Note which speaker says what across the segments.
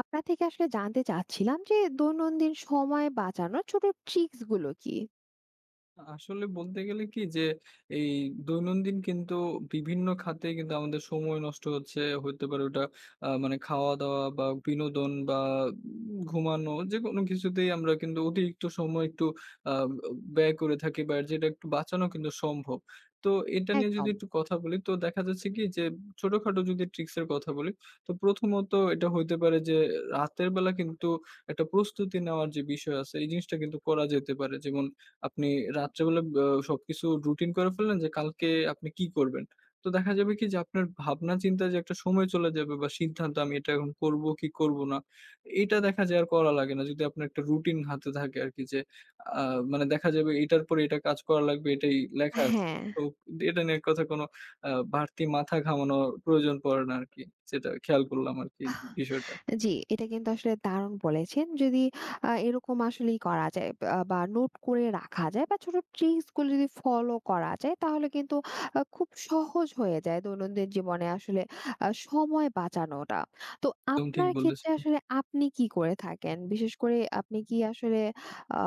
Speaker 1: আপনার থেকে আসলে জানতে চাচ্ছিলাম যে দৈনন্দিন সময় বাঁচানোর ছোট ট্রিক্স গুলো কি?
Speaker 2: আসলে বলতে গেলে কি যে, এই দৈনন্দিন কিন্তু বিভিন্ন খাতে কিন্তু আমাদের সময় নষ্ট হচ্ছে। হইতে পারে ওটা মানে খাওয়া-দাওয়া বা বিনোদন বা ঘুমানো যেকোনো কিছুতেই আমরা কিন্তু অতিরিক্ত সময় একটু আ ব্যয় করে থাকি বা যেটা একটু বাঁচানো কিন্তু সম্ভব। তো এটা নিয়ে যদি
Speaker 1: একদম।
Speaker 2: একটু কথা বলি তো দেখা যাচ্ছে কি যে, ছোটখাটো যদি ট্রিক্স এর কথা বলি, তো প্রথমত এটা হইতে পারে যে, রাতের বেলা কিন্তু একটা প্রস্তুতি নেওয়ার যে বিষয় আছে এই জিনিসটা কিন্তু করা যেতে পারে। যেমন আপনি রাত্রেবেলা সবকিছু রুটিন করে ফেললেন যে কালকে আপনি কি করবেন। তো দেখা যাবে কি যে আপনার ভাবনা চিন্তার যে একটা সময় চলে যাবে বা সিদ্ধান্ত আমি এটা এখন করব কি করব না, এটা দেখা যায় আর করা লাগে না। যদি আপনার একটা রুটিন হাতে থাকে আরকি যে আ মানে দেখা যাবে এটার পরে এটা কাজ করা লাগবে এটাই লেখা আছে।
Speaker 1: হ্যাঁ।
Speaker 2: তো এটা নিয়ে কথা কোনো আ বাড়তি মাথা ঘামানোর প্রয়োজন পড়ে না আরকি। যেটা খেয়াল করলাম আরকি বিষয়টা।
Speaker 1: জি, এটা কিন্তু আসলে দারুণ বলেছেন। যদি এরকম আসলেই করা যায় বা নোট করে রাখা যায় বা ছোট ট্রিকস গুলো যদি ফলো করা যায় তাহলে কিন্তু খুব সহজ হয়ে যায় দৈনন্দিন জীবনে আসলে সময় বাঁচানোটা। তো
Speaker 2: একদম ঠিক
Speaker 1: আপনার ক্ষেত্রে
Speaker 2: বলেছেন।
Speaker 1: আসলে আপনি কি করে থাকেন? বিশেষ করে আপনি কি আসলে আ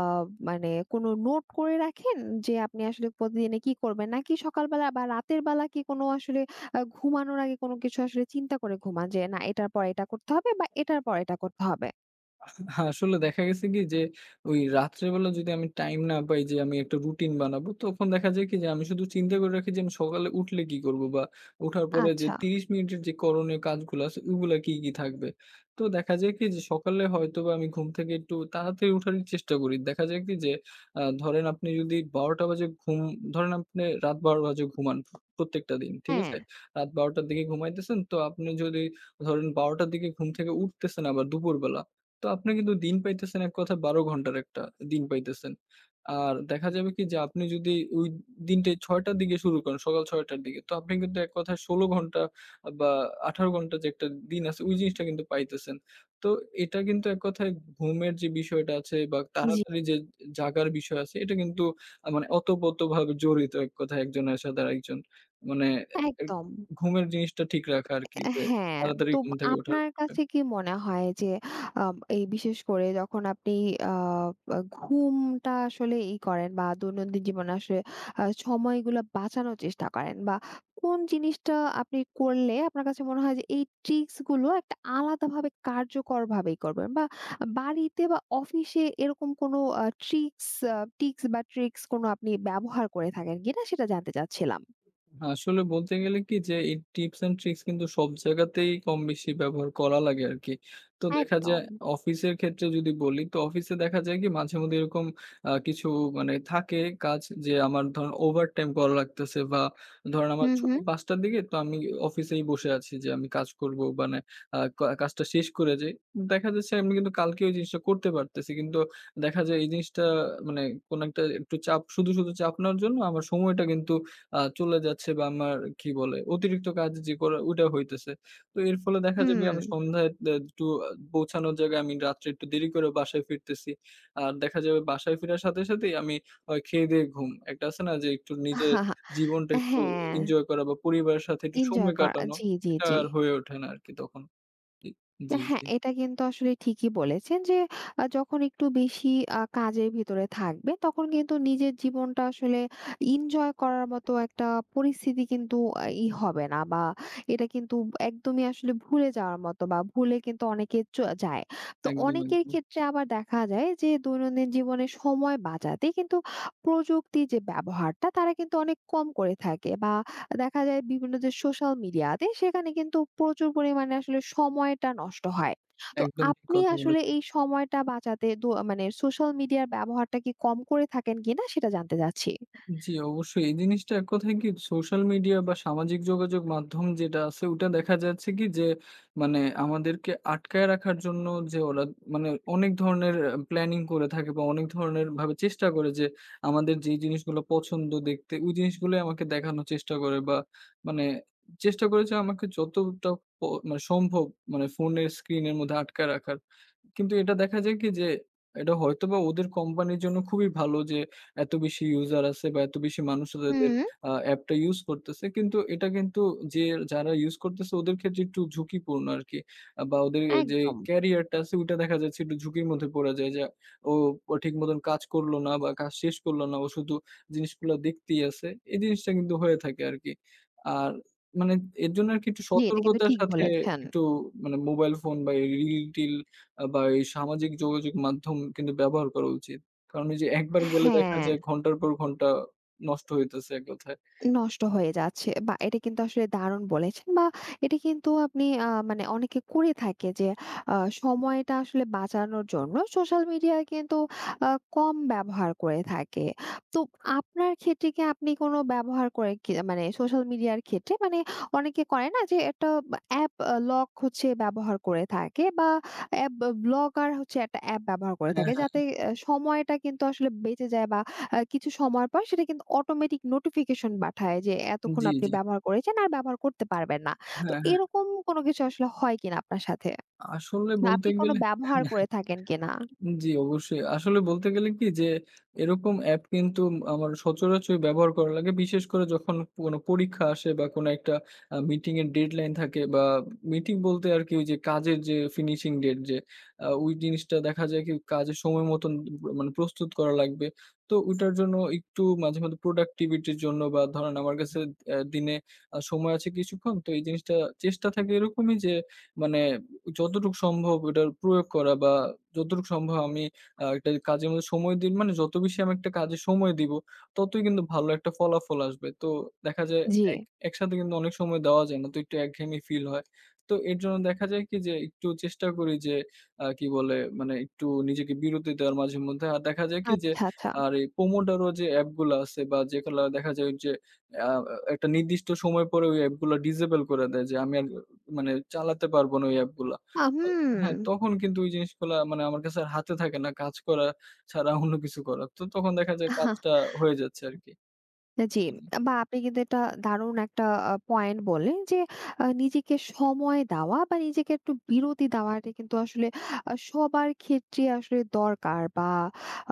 Speaker 1: মানে কোনো নোট করে রাখেন যে আপনি আসলে প্রতিদিনে কি করবেন? নাকি সকালবেলা বা রাতের বেলা কি কোনো আসলে ঘুমানোর আগে কোনো কিছু আসলে চিন্তা করে ঘুমান যে, "না, এটার পর এটা করতে হবে বা এটার পর এটা করতে হবে।"
Speaker 2: আসলে দেখা গেছে কি যে ওই রাত্রেবেলা যদি আমি টাইম না পাই যে আমি একটা রুটিন বানাবো তখন দেখা যায় কি যে আমি শুধু চিন্তা করে রাখি যে আমি সকালে উঠলে কি করব বা ওঠার পরে যে
Speaker 1: আচ্ছা।
Speaker 2: ৩০ মিনিটের যে করণীয় কাজগুলো আছে ওগুলা কি কি থাকবে। তো দেখা যায় কি যে সকালে হয়তো বা আমি ঘুম থেকে একটু তাড়াতাড়ি উঠার চেষ্টা করি দেখা যায় কি যে ধরেন আপনি যদি ১২টা বাজে ধরেন আপনি রাত ১২ বাজে ঘুমান প্রত্যেকটা দিন ঠিক
Speaker 1: হ্যাঁ।
Speaker 2: আছে, রাত ১২টার দিকে ঘুমাইতেছেন তো আপনি যদি ধরেন ১২টার দিকে ঘুম থেকে উঠতেছেন আবার দুপুরবেলা, তো আপনি কিন্তু দিন পাইতেছেন এক কথায় ১২ ঘন্টার একটা দিন পাইতেছেন। আর দেখা যাবে কি যে আপনি যদি ওই দিনটাই ৬ঃ০০ টার দিকে শুরু করেন, সকাল ৬ঃ০০ টার দিকে। তো আপনি কিন্তু এক কথায় ১৬ ঘন্টা বা ১৮ ঘন্টা যে একটা দিন আছে ওই জিনিসটা কিন্তু পাইতেছেন। তো এটা কিন্তু এক কথায় ঘুমের যে বিষয়টা আছে বা
Speaker 1: জি।
Speaker 2: তাড়াতাড়ি যে জাগার বিষয় আছে এটা কিন্তু মানে ওতপ্রোতভাবে জড়িত এক কথায় একজনের সাথে আরেকজন। মানে এ
Speaker 1: একদম।
Speaker 2: ঘুমের জিনিসটা ঠিক রাখা আরকি যে
Speaker 1: হ্যাঁ,
Speaker 2: তাড়াতাড়ি
Speaker 1: তো
Speaker 2: ঘুম থেকে ওঠার
Speaker 1: আপনার
Speaker 2: বিষয়।
Speaker 1: কাছে কি মনে হয় যে এই বিশেষ করে যখন আপনি আ আ ঘুমটা আসলে ই করেন বা দৈনন্দিন জীবনে আসলে সময়গুলো বাঁচানোর চেষ্টা করেন বা কোন জিনিসটা আপনি করলে আপনার কাছে মনে হয় যে এই ট্রিক্স গুলো একটা আলাদাভাবে কার্যকর ভাবেই করবেন বা বাড়িতে বা অফিসে এরকম কোনো ট্রিক্স আ টিক্স বা ট্রিক্স কোনো আপনি ব্যবহার করে থাকেন কিনা সেটা জানতে চাচ্ছিলাম।
Speaker 2: আসলে বলতে গেলে কি যে এই টিপস অ্যান্ড ট্রিক্স কিন্তু সব জায়গাতেই কম বেশি ব্যবহার করা লাগে আরকি। তো দেখা যায়
Speaker 1: একদম।
Speaker 2: অফিসের ক্ষেত্রে যদি বলি, তো অফিসে দেখা যায় কি মাঝে মধ্যে এরকম কিছু মানে থাকে কাজ যে আমার ধরেন ওভারটাইম করা লাগতেছে বা ধরেন আমার
Speaker 1: হুম,
Speaker 2: ছুটি
Speaker 1: হুম।
Speaker 2: ৫ঃ০০ র দিকে তো আমি অফিসেই বসে আছি যে আমি কাজ করব মানে আ কা কাজটা শেষ করে যাই। দেখা যাচ্ছে আমি কিন্তু কালকে ওই জিনিসটা করতে পারতেছি। কিন্তু দেখা যায় এই জিনিসটা মানে কোন একটা একটু চাপ শুধু চাপ নেওয়ার জন্য আমার সময়টা কিন্তু চলে যাচ্ছে বা আমার কি বলে অতিরিক্ত কাজ যে করা ওইটা হইতেছে। তো এর ফলে দেখা যাবে
Speaker 1: হুম।
Speaker 2: আমি সন্ধ্যায় একটু পৌঁছানোর জায়গায় আমি রাত্রে একটু দেরি করে বাসায় ফিরতেছি। আর দেখা যাবে বাসায় ফেরার সাথে সাথেই আমি খেয়ে-দেয়ে ঘুম। একটা আছে না যে একটু নিজের জীবনটা একটু
Speaker 1: হ্যাঁ,
Speaker 2: এনজয় করা বা পরিবারের সাথে একটু সময়
Speaker 1: এনজয় করা।
Speaker 2: কাটানো,
Speaker 1: জি, জি,
Speaker 2: এটা
Speaker 1: জি।
Speaker 2: আর হয়ে ওঠে না আরকি তখন। জি, জি,
Speaker 1: হ্যাঁ,
Speaker 2: জি।
Speaker 1: এটা কিন্তু আসলে ঠিকই বলেছেন যে যখন একটু বেশি কাজের ভিতরে থাকবে তখন কিন্তু নিজের জীবনটা আসলে এনজয় করার মতো একটা পরিস্থিতি কিন্তু ই হবে না বা এটা কিন্তু একদমই আসলে ভুলে যাওয়ার মতো বা ভুলে কিন্তু অনেকে যায়। তো
Speaker 2: একদম,
Speaker 1: অনেকের
Speaker 2: একদম।
Speaker 1: ক্ষেত্রে আবার দেখা যায় যে দৈনন্দিন জীবনে সময় বাঁচাতে কিন্তু প্রযুক্তি যে ব্যবহারটা তারা কিন্তু অনেক কম করে থাকে বা দেখা যায় বিভিন্ন যে সোশ্যাল মিডিয়াতে সেখানে কিন্তু প্রচুর পরিমাণে আসলে সময়টা নষ্ট হয়। তো
Speaker 2: একদম ঠিক
Speaker 1: আপনি
Speaker 2: কথা
Speaker 1: আসলে
Speaker 2: বলেছেন।
Speaker 1: এই সময়টা বাঁচাতে মানে সোশ্যাল মিডিয়ার ব্যবহারটা কি কম করে থাকেন কিনা সেটা জানতে চাচ্ছি?
Speaker 2: জি, অবশ্যই। এই জিনিসটা এক কথায় কি সোশ্যাল মিডিয়া বা সামাজিক যোগাযোগ মাধ্যম যেটা আছে ওটা দেখা যাচ্ছে কি যে মানে আমাদেরকে আটকায় রাখার জন্য যে ওরা মানে অনেক ধরনের প্ল্যানিং করে থাকে বা অনেক ধরনের ভাবে চেষ্টা করে যে আমাদের যেই জিনিসগুলো পছন্দ দেখতে ওই জিনিসগুলোই আমাকে দেখানোর চেষ্টা করে বা মানে চেষ্টা করে যে আমাকে যতটা প মানে সম্ভব মানে ফোনের স্ক্রিনের মধ্যে আটকায় রাখার। কিন্তু এটা দেখা যায় কি যে এটা হয়তোবা ওদের কোম্পানির জন্য খুবই ভালো যে এত বেশি ইউজার আছে বা এত বেশি মানুষ তাদের
Speaker 1: হুম,
Speaker 2: অ্যাপটা ইউজ করতেছে। কিন্তু এটা কিন্তু যে যারা ইউজ করতেছে ওদের ক্ষেত্রে একটু ঝুঁকিপূর্ণ আরকি। বা ওদের যে
Speaker 1: একদম।
Speaker 2: ক্যারিয়ার টা আছে ওইটা দেখা যাচ্ছে একটু ঝুঁকির মধ্যে পড়ে যায় যে ও ও ঠিক মতন কাজ করলো না বা কাজ শেষ করলো না। ও শুধু জিনিসগুলা দেখতেই আছে। এই জিনিসটা কিন্তু হয়ে থাকে আরকি। আর মানে এর জন্য আরকি একটু
Speaker 1: জি, এটা কিন্তু
Speaker 2: সতর্কতার
Speaker 1: ঠিক
Speaker 2: সাথে
Speaker 1: বলেছেন।
Speaker 2: একটু মানে মোবাইল ফোন বা এই রিল-টিল বা এই সামাজিক যোগাযোগ মাধ্যম কিন্তু ব্যবহার করা উচিত। কারণ ওই যে একবার গেলে দেখা
Speaker 1: হ্যাঁ।
Speaker 2: যায় ঘন্টার পর ঘন্টা নষ্ট হইতেছে এক কথায়।
Speaker 1: নষ্ট হয়ে যাচ্ছে বা এটা কিন্তু আসলে দারুণ বলেছেন বা এটা কিন্তু আপনি মানে অনেকে করে থাকে যে সময়টা আসলে বাঁচানোর জন্য সোশ্যাল মিডিয়া কিন্তু কম ব্যবহার করে থাকে তো আপনার ক্ষেত্রে কি আপনি কোনো ব্যবহার করে কি মানে সোশ্যাল মিডিয়ার ক্ষেত্রে মানে অনেকে করে না যে একটা অ্যাপ লক হচ্ছে ব্যবহার করে থাকে বা অ্যাপ ব্লগার হচ্ছে একটা অ্যাপ ব্যবহার করে
Speaker 2: হ্যাঁ,
Speaker 1: থাকে
Speaker 2: হ্যাঁ।
Speaker 1: যাতে সময়টা কিন্তু আসলে বেঁচে যায় বা কিছু সময় পর সেটা কিন্তু অটোমেটিক নোটিফিকেশন পাঠায় যে এতক্ষণ
Speaker 2: জি,
Speaker 1: আপনি
Speaker 2: জি।
Speaker 1: ব্যবহার করেছেন আর ব্যবহার করতে পারবেন না। তো
Speaker 2: হ্যাঁ, হ্যাঁ।
Speaker 1: এরকম কোনো কিছু আসলে হয় কিনা আপনার সাথে?
Speaker 2: আসলে
Speaker 1: বা
Speaker 2: বলতে
Speaker 1: আপনি কোনো
Speaker 2: গেলে
Speaker 1: ব্যবহার করে থাকেন কিনা?
Speaker 2: জি, অবশ্যই। আসলে বলতে গেলে কি যে এরকম অ্যাপ কিন্তু আমার সচরাচর ব্যবহার করা লাগে। বিশেষ করে যখন কোনো পরীক্ষা আসে বা কোনো একটা মিটিং এর ডেডলাইন থাকে বা মিটিং বলতে আরকি ওই যে কাজের যে ফিনিশিং ডেট যে ওই জিনিসটা দেখা যায় কি কাজের সময় মতন মানে প্রস্তুত করা লাগবে। তো ওইটার জন্য একটু মাঝে প্রোডাক্টিভিটির জন্য বা ধরেন আমার কাছে দিনে সময় আছে কিছুক্ষণ। তো এই জিনিসটা চেষ্টা থাকে এরকমই যে মানে যতটুকু সম্ভব এটার প্রয়োগ করা বা যতটুকু সম্ভব আমি একটা কাজের মধ্যে সময় দিন মানে যত বেশি আমি একটা কাজে সময় দিব, ততই কিন্তু ভালো একটা ফলাফল আসবে। তো দেখা যায়
Speaker 1: জি।
Speaker 2: এক একসাথে কিন্তু অনেক সময় দেওয়া যায় না। তো একটু একঘেয়েমি ফিল হয়। তো এর জন্য দেখা যায় কি যে একটু চেষ্টা করি যে কি বলে মানে একটু নিজেকে বিরতি দেওয়ার মাঝে মধ্যে। আর দেখা যায় কি যে
Speaker 1: আচ্ছা, আচ্ছা।
Speaker 2: আর এই Pomodoro যে অ্যাপগুলা আছে বা যেগুলা দেখা যায় যে আ একটা নির্দিষ্ট সময় পরে ওই অ্যাপগুলা ডিসেবল করে দেয় যে আমি আর মানে চালাতে পারব না ওই অ্যাপগুলা। তো
Speaker 1: হুম।
Speaker 2: হ্যাঁ, তখন কিন্তু ওই জিনিসগুলা মানে আমার কাছে আর হাতে থাকে না কাজ করা ছাড়া অন্য কিছু করার। তো তখন দেখা যায় কাজটা হয়ে যাচ্ছে আরকি।
Speaker 1: জি,
Speaker 2: জি, জি।
Speaker 1: বা আপনি কিন্তু এটা দারুণ একটা পয়েন্ট বললেন যে নিজেকে সময় দেওয়া বা নিজেকে একটু বিরতি দেওয়াটা কিন্তু আসলে সবার ক্ষেত্রে আসলে দরকার বা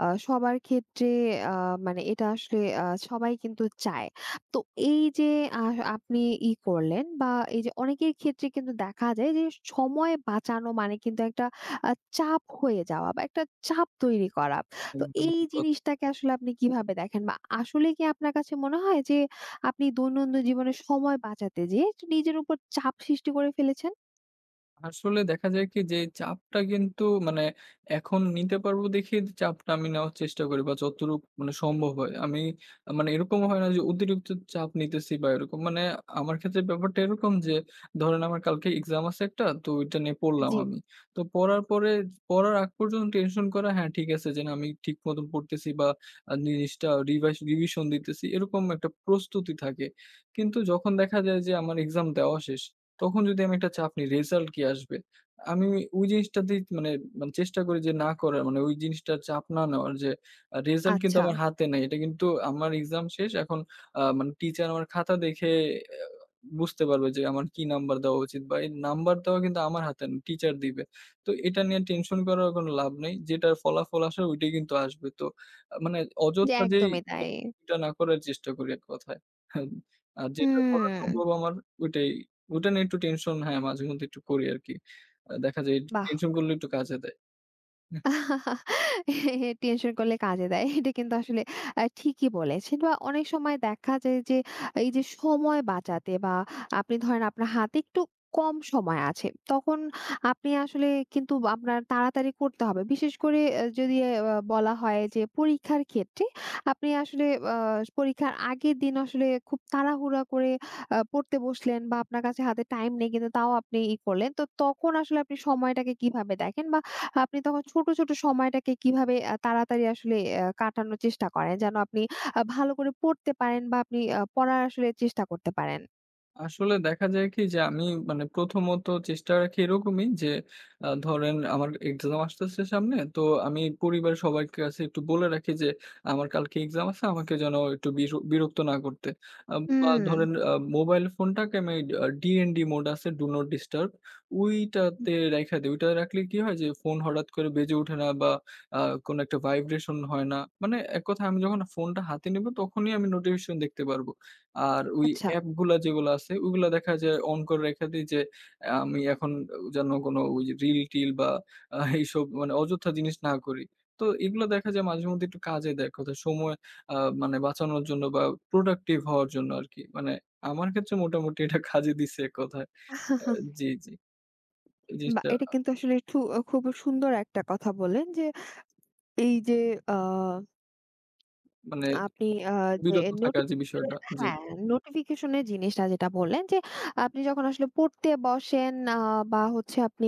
Speaker 1: সবার ক্ষেত্রে আ মানে এটা আসলে সবাই কিন্তু চায়। তো এই যে আ আপনি ই করলেন বা এই যে অনেকের ক্ষেত্রে কিন্তু দেখা যায় যে সময় বাঁচানো মানে কিন্তু একটা আ চাপ হয়ে যাওয়া বা একটা চাপ তৈরি করা। তো
Speaker 2: একদম
Speaker 1: এই
Speaker 2: ঠিক কথা।
Speaker 1: জিনিসটাকে আসলে আপনি কিভাবে দেখেন? বা আসলে কি আপনার কাছে মনে হয় যে আপনি দৈনন্দিন জীবনে সময় বাঁচাতে যেয়ে নিজের উপর চাপ সৃষ্টি করে ফেলেছেন?
Speaker 2: আসলে দেখা যায় কি যে, এই চাপটা কিন্তু মানে এখন নিতে পারবো দেখেই চাপটা আমি নেওয়ার চেষ্টা করি বা যতটুক মানে সম্ভব হয়। আমি মানে এরকম হয় না যে অতিরিক্ত চাপ নিতেছি বা এরকম। মানে আমার ক্ষেত্রে ব্যাপারটা এরকম যে, ধরেন আমার কালকে এক্সাম আছে একটা, তো ওইটা নিয়ে পড়লাম
Speaker 1: জি।
Speaker 2: আমি। তো পড়ার আগ পর্যন্ত টেনশন করা, হ্যাঁ ঠিক আছে যে না আমি ঠিক মতন পড়তেছি বা জিনিসটা রিভিশন দিতেছি, এরকম একটা প্রস্তুতি থাকে। কিন্তু যখন দেখা যায় যে আমার এক্সাম দেওয়া শেষ, তখন যদি আমি একটা চাপ নিই রেজাল্ট কি আসবে? আমি ওই জিনিসটাতেই মানে মানে চেষ্টা করি যে না করার মানে ওই জিনিসটার চাপ না নেওয়ার যে রেজাল্ট কিন্তু
Speaker 1: আচ্ছা।
Speaker 2: আমার হাতে নাই। এটা কিন্তু আমার এক্সাম শেষ। এখন মানে টিচার আমার খাতা দেখে বুঝতে পারবে যে আমার কি নাম্বার দেওয়া উচিত বা এই নাম্বার দেওয়া কিন্তু আমার হাতে না, টিচার দিবে। তো এটা নিয়ে টেনশন করার কোনো লাভ নেই। যেটার ফলাফল আসার ওইটাই কিন্তু আসবে। তো মানে
Speaker 1: যে
Speaker 2: অযথা যেই
Speaker 1: একদমই তাই।
Speaker 2: এটা না করার চেষ্টা করি এক কথায়। হ্যাঁ, আর যেটা করা
Speaker 1: হুম।
Speaker 2: সম্ভব আমার ওইটাই, ওইটা নিয়ে একটু টেনশন হ্যাঁ, মাঝে মধ্যে একটু করি আরকি। দেখা যায় একটু
Speaker 1: বাহ!
Speaker 2: টেনশন করলে একটু কাজে দেয়।
Speaker 1: টেনশন করলে কাজে দেয়। এটা কিন্তু আসলে ঠিকই বলেছেন বা অনেক সময় দেখা যায় যে, এই যে সময় বাঁচাতে বা আপনি ধরেন আপনার হাতে একটু কম সময় আছে। তখন আপনি আসলে কিন্তু আপনার তাড়াতাড়ি করতে হবে। বিশেষ করে যদি বলা হয় যে পরীক্ষার ক্ষেত্রে আপনি আসলে আ পরীক্ষার আগের দিন আসলে খুব তাড়াহুড়া করে পড়তে বসলেন বা আপনার কাছে হাতে টাইম নেই কিন্তু তাও আপনি ই করলেন। তো তখন আসলে আপনি সময়টাকে কিভাবে দেখেন? বা আপনি তখন ছোট, ছোট সময়টাকে কিভাবে তাড়াতাড়ি আসলে কাটানোর চেষ্টা করেন? যেন আপনি ভালো করে পড়তে পারেন বা আপনি পড়ার আসলে চেষ্টা করতে পারেন?
Speaker 2: আসলে দেখা যায় কি যে আমি মানে প্রথমত চেষ্টা রাখি এরকমই যে ধরেন আমার এক্সাম আসতেছে সামনে। তো আমি পরিবারের সবার কাছে একটু বলে রাখি যে আমার কালকে এক্সাম আছে আমাকে যেন একটু বিরক্ত না করতে। আ বা
Speaker 1: হুম।
Speaker 2: ধরেন মোবাইল ফোনটাকে আমি DND মোড আছে ডু নট ডিস্টার্ব ওইটাতে রাইখা দেই। ওইটা রাখলে কি হয় যে ফোন হঠাৎ করে বেজে ওঠে না বা আ কোনো একটা ভাইব্রেশন হয় না। মানে এক কথায় আমি যখন ফোনটা হাতে নিব তখনই আমি নোটিফিকেশন দেখতে পারব। আর ওই
Speaker 1: আচ্ছা।
Speaker 2: অ্যাপগুলা যেগুলা আছে ওইগুলা দেখা যায় অন করে রেখে দেই যে আমি এখন যেন কোনো ওই যে রিল-টিল বা এইসব মানে অযথা জিনিস না করি। তো এগুলা দেখা যায় মাঝেমধ্যে একটু কাজে দেয় এককথায় সময় আ মানে বাঁচানোর জন্য বা প্রোডাক্টিভ হওয়ার জন্য আরকি। মানে আমার ক্ষেত্রে মোটামুটি এটা কাজে দিছে এককথায়। জি, জি। এই
Speaker 1: বাহ!
Speaker 2: জিনিসটা
Speaker 1: এটা কিন্তু আসলে খুব সুন্দর একটা কথা বললেন যে এই যে আ
Speaker 2: মানে
Speaker 1: আপনি আ যে
Speaker 2: বিরত থাকার যে
Speaker 1: নোটিফিকেশন
Speaker 2: বিষয়টা।
Speaker 1: এর
Speaker 2: জি,
Speaker 1: হ্যাঁ, নোটিফিকেশন এর জিনিসটা যেটা বললেন যে, আপনি যখন আসলে পড়তে বসেন বা হচ্ছে আপনি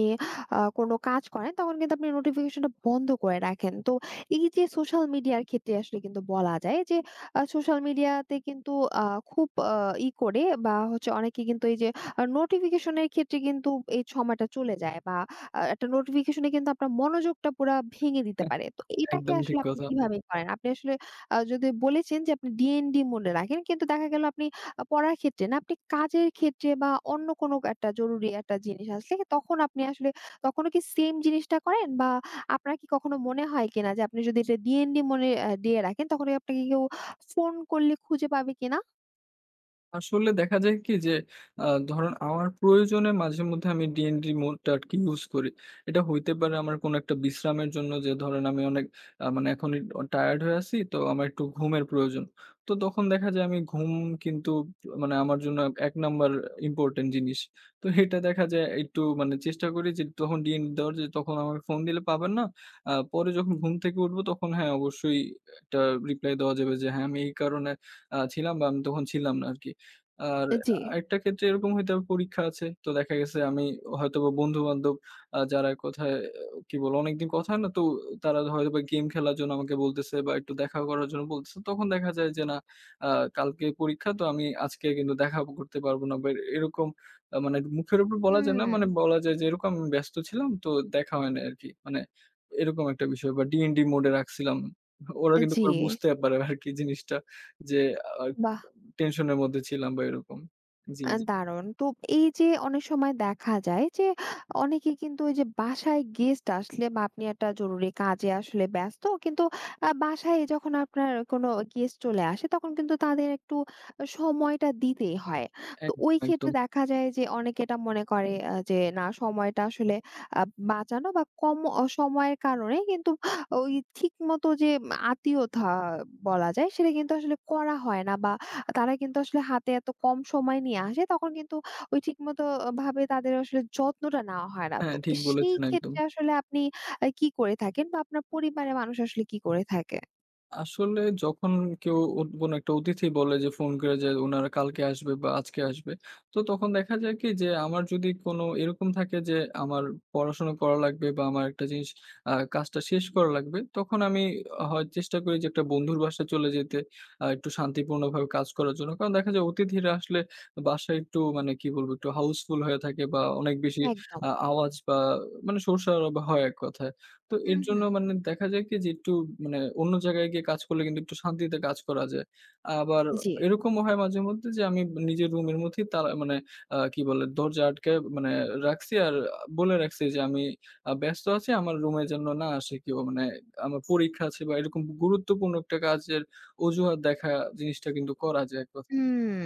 Speaker 1: কোনো কাজ করেন, তখন কিন্তু আপনি নোটিফিকেশনটা বন্ধ করে রাখেন। তো এই যে সোশ্যাল মিডিয়ার ক্ষেত্রে আসলে কিন্তু বলা যায় যে, সোশ্যাল মিডিয়াতে কিন্তু আ খুব ই করে বা হচ্ছে অনেকে কিন্তু এই যে নোটিফিকেশন এর ক্ষেত্রে কিন্তু এই সময়টা চলে যায় বা একটা নোটিফিকেশন এ কিন্তু আপনার মনোযোগটা পুরা ভেঙে দিতে পারে। তো এটাকে
Speaker 2: একদম
Speaker 1: আসলে
Speaker 2: ঠিক
Speaker 1: আপনি
Speaker 2: কথা।
Speaker 1: কিভাবে করেন? আপনি আসলে যদি বলেছেন যে আপনি ডি&ডি মনে রাখেন। কিন্তু দেখা গেল আপনি পড়ার ক্ষেত্রে না, আপনি কাজের ক্ষেত্রে বা অন্য কোনো একটা জরুরি একটা জিনিস আসলে তখন আপনি আসলে তখনও কি সেম জিনিসটা করেন? বা আপনার কি কখনো মনে হয় কিনা যে আপনি যদি এটা ডি&ডি মনে দিয়ে রাখেন তখন আপনাকে কেউ ফোন করলে খুঁজে পাবে কিনা?
Speaker 2: আসলে দেখা যায় কি যে আ ধরেন আমার প্রয়োজনে মাঝেমধ্যে আমি DND মোডটা আরকি ইউজ করি। এটা হইতে পারে আমার কোনো একটা বিশ্রামের জন্য যে ধরেন আমি অনেক মানে এখন টায়ার্ড হয়ে আছি তো আমার একটু ঘুমের প্রয়োজন। তো তখন দেখা যায় আমি ঘুম কিন্তু মানে আমার জন্য ১ নাম্বার ইম্পোর্টেন্ট জিনিস। তো এটা দেখা যায় একটু মানে চেষ্টা করি যে তখন DND দেওয়ার যে তখন আমাকে ফোন দিলে পাবেন না। পরে যখন ঘুম থেকে উঠবো তখন হ্যাঁ, অবশ্যই একটা রিপ্লাই দেওয়া যাবে যে হ্যাঁ, আমি এই কারণে ছিলাম বা আমি তখন ছিলাম না আরকি। আর
Speaker 1: জি।
Speaker 2: আরেকটা ক্ষেত্রে এরকম হইতে হবে পরীক্ষা আছে। তো দেখা গেছে আমি হয়তোবা বন্ধু-বান্ধব যারা কোথায় কি বলবো অনেকদিন কথা হয় না তো তারা হয়তোবা গেম খেলার জন্য আমাকে বলতেছে বা একটু দেখা করার জন্য বলতেছে। তখন দেখা যায় যে না আ কালকে পরীক্ষা তো আমি আজকে কিন্তু দেখা করতে পারবো না বা এরকম মানে মুখের উপর বলা যায় না
Speaker 1: হুম,
Speaker 2: মানে বলা যায় যে এরকম আমি ব্যস্ত ছিলাম তো দেখা হয় নাই আরকি। মানে এরকম একটা বিষয় বা ডিএনডি মোড এ রাখছিলাম। ওরা কিন্তু
Speaker 1: জি,
Speaker 2: পরে বুঝতে পারে আরকি জিনিসটা যে আ
Speaker 1: বাহ!
Speaker 2: টেনশনের মধ্যে ছিলাম বা এরকম। জি, জি।
Speaker 1: দারুণ। তো এই যে অনেক সময় দেখা যায় যে অনেকে কিন্তু ওই যে বাসায় গেস্ট আসলে বা আপনি একটা জরুরি কাজে আসলে ব্যস্ত। কিন্তু বাসায় যখন আপনার কোনো গেস্ট চলে আসে তখন কিন্তু তাদের একটু সময়টা দিতেই হয়। তো
Speaker 2: একদম,
Speaker 1: ওই ক্ষেত্রে
Speaker 2: একদম।
Speaker 1: দেখা যায় যে অনেকে এটা মনে করে যে না সময়টা আসলে আ বাঁচানো বা কম সময়ের কারণে কিন্তু ওই ঠিকমতো যে আতিথ্যতা বলা যায় সেটা কিন্তু আসলে করা হয় না বা তারা কিন্তু আসলে হাতে এত কম সময় নিয়ে আসে তখন কিন্তু ওই ঠিকমতো ভাবে তাদের আসলে যত্নটা নেওয়া হয় না। তো
Speaker 2: হ্যাঁ, ঠিক
Speaker 1: সেই
Speaker 2: বলেছেন একদম।
Speaker 1: ক্ষেত্রে আসলে আপনি কি করে থাকেন বা আপনার পরিবারের মানুষ আসলে কি করে থাকে?
Speaker 2: আসলে যখন কেউ কোনো একটা অতিথি বলে যে ফোন করে যে উনারা কালকে আসবে বা আজকে আসবে। তো তখন দেখা যায় কি যে আমার যদি কোনো এরকম থাকে যে আমার পড়াশোনা করা লাগবে বা আমার একটা জিনিস কাজটা শেষ করা লাগবে। তখন আমি হয় চেষ্টা করি যে একটা বন্ধুর বাসায় চলে যেতে একটু শান্তিপূর্ণভাবে কাজ করার জন্য। কারণ দেখা যায় অতিথিরা আসলে বাসায় একটু মানে কি বলবো একটু হাউসফুল হয়ে থাকে বা অনেক বেশি
Speaker 1: একদম।
Speaker 2: আওয়াজ বা মানে শোরশরাবা হয় এক কথায়। তো এর
Speaker 1: হুম,
Speaker 2: জন্য
Speaker 1: হুম।
Speaker 2: মানে দেখা যায় কি যে একটু মানে অন্য জায়গায় গিয়ে কাজ করলে কিন্তু একটু শান্তিতে কাজ করা যায়। আবার
Speaker 1: জি।
Speaker 2: এরকমও হয় মাঝে মধ্যে যে আমি নিজের রুমের মধ্যেই তালা মানে কি বলে দরজা আটকায় মানে রাখছি আর বলে রাখছি যে আমি ব্যস্ত আছি আমার রুমে যেন না আসে কেউ মানে আমার পরীক্ষা আছে বা এরকম গুরুত্বপূর্ণ একটা কাজের অজুহাত দেখা জিনিসটা কিন্তু করা যায় এক কথায়।
Speaker 1: হুম।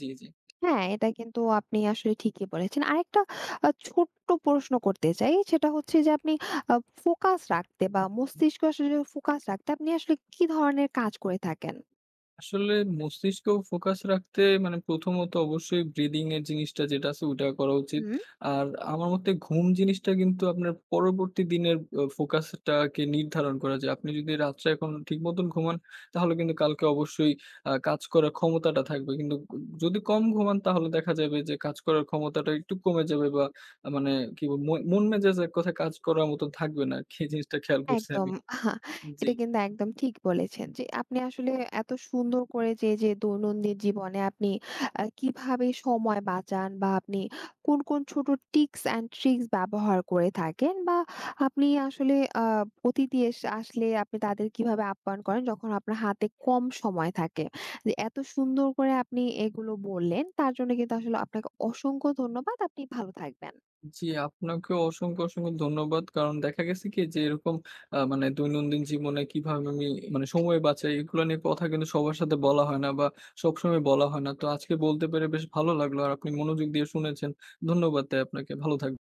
Speaker 2: জি, জি।
Speaker 1: হ্যাঁ, এটা কিন্তু আপনি আসলে ঠিকই বলেছেন। আরেকটা ছোট্ট প্রশ্ন করতে চাই। সেটা হচ্ছে যে আপনি আ ফোকাস রাখতে বা মস্তিষ্ক আসলে ফোকাস রাখতে আপনি আসলে কি ধরনের কাজ করে থাকেন?
Speaker 2: আসলে মস্তিষ্ক ফোকাস রাখতে মানে প্রথমত অবশ্যই ব্রিদিং এর জিনিসটা যেটা আছে ওইটা করা উচিত।
Speaker 1: হুম।
Speaker 2: আর আমার মতে ঘুম জিনিসটা কিন্তু আপনার পরবর্তী দিনের ফোকাসটাকে নির্ধারণ করে যে আপনি যদি রাত্রে এখন ঠিক মতন ঘুমান তাহলে কিন্তু কালকে অবশ্যই কাজ করার ক্ষমতাটা থাকবে। কিন্তু যদি কম ঘুমান তাহলে দেখা যাবে যে কাজ করার ক্ষমতাটা একটু কমে যাবে বা মানে কি বলব মন মন মেজাজ এক কথায় কাজ করার মতন থাকবে না। এই জিনিসটা খেয়াল করছি
Speaker 1: একদম।
Speaker 2: আমি।
Speaker 1: আহা,
Speaker 2: জি।
Speaker 1: এটা কিন্তু একদম ঠিক বলেছেন যে আপনি আসলে এত সুন্দর করে যে, যে দৈনন্দিন জীবনে আপনি কিভাবে সময় বাঁচান বা আপনি কোন, কোন ছোট টিপস অ্যান্ড ট্রিক্স ব্যবহার করে থাকেন বা আপনি আসলে আ অতিথি আসলে আপনি তাদের কিভাবে আপ্যায়ন করেন যখন আপনার হাতে কম সময় থাকে। যে এত সুন্দর করে আপনি এগুলো বললেন তার জন্য কিন্তু আসলে আপনাকে অসংখ্য ধন্যবাদ। আপনি ভালো থাকবেন।
Speaker 2: জি, আপনাকেও অসংখ্য, অসংখ্য ধন্যবাদ। কারণ দেখা গেছে কি যে এরকম মানে দৈনন্দিন জীবনে কিভাবে আমি মানে সময় বাঁচাই এগুলো নিয়ে কথা কিন্তু সবার সাথে বলা হয় না বা সবসময় বলা হয় না। তো আজকে বলতে পেরে বেশ ভালো লাগলো। আর আপনি মনোযোগ দিয়ে শুনেছেন। ধন্যবাদ তাই আপনাকে। ভালো থাকবেন।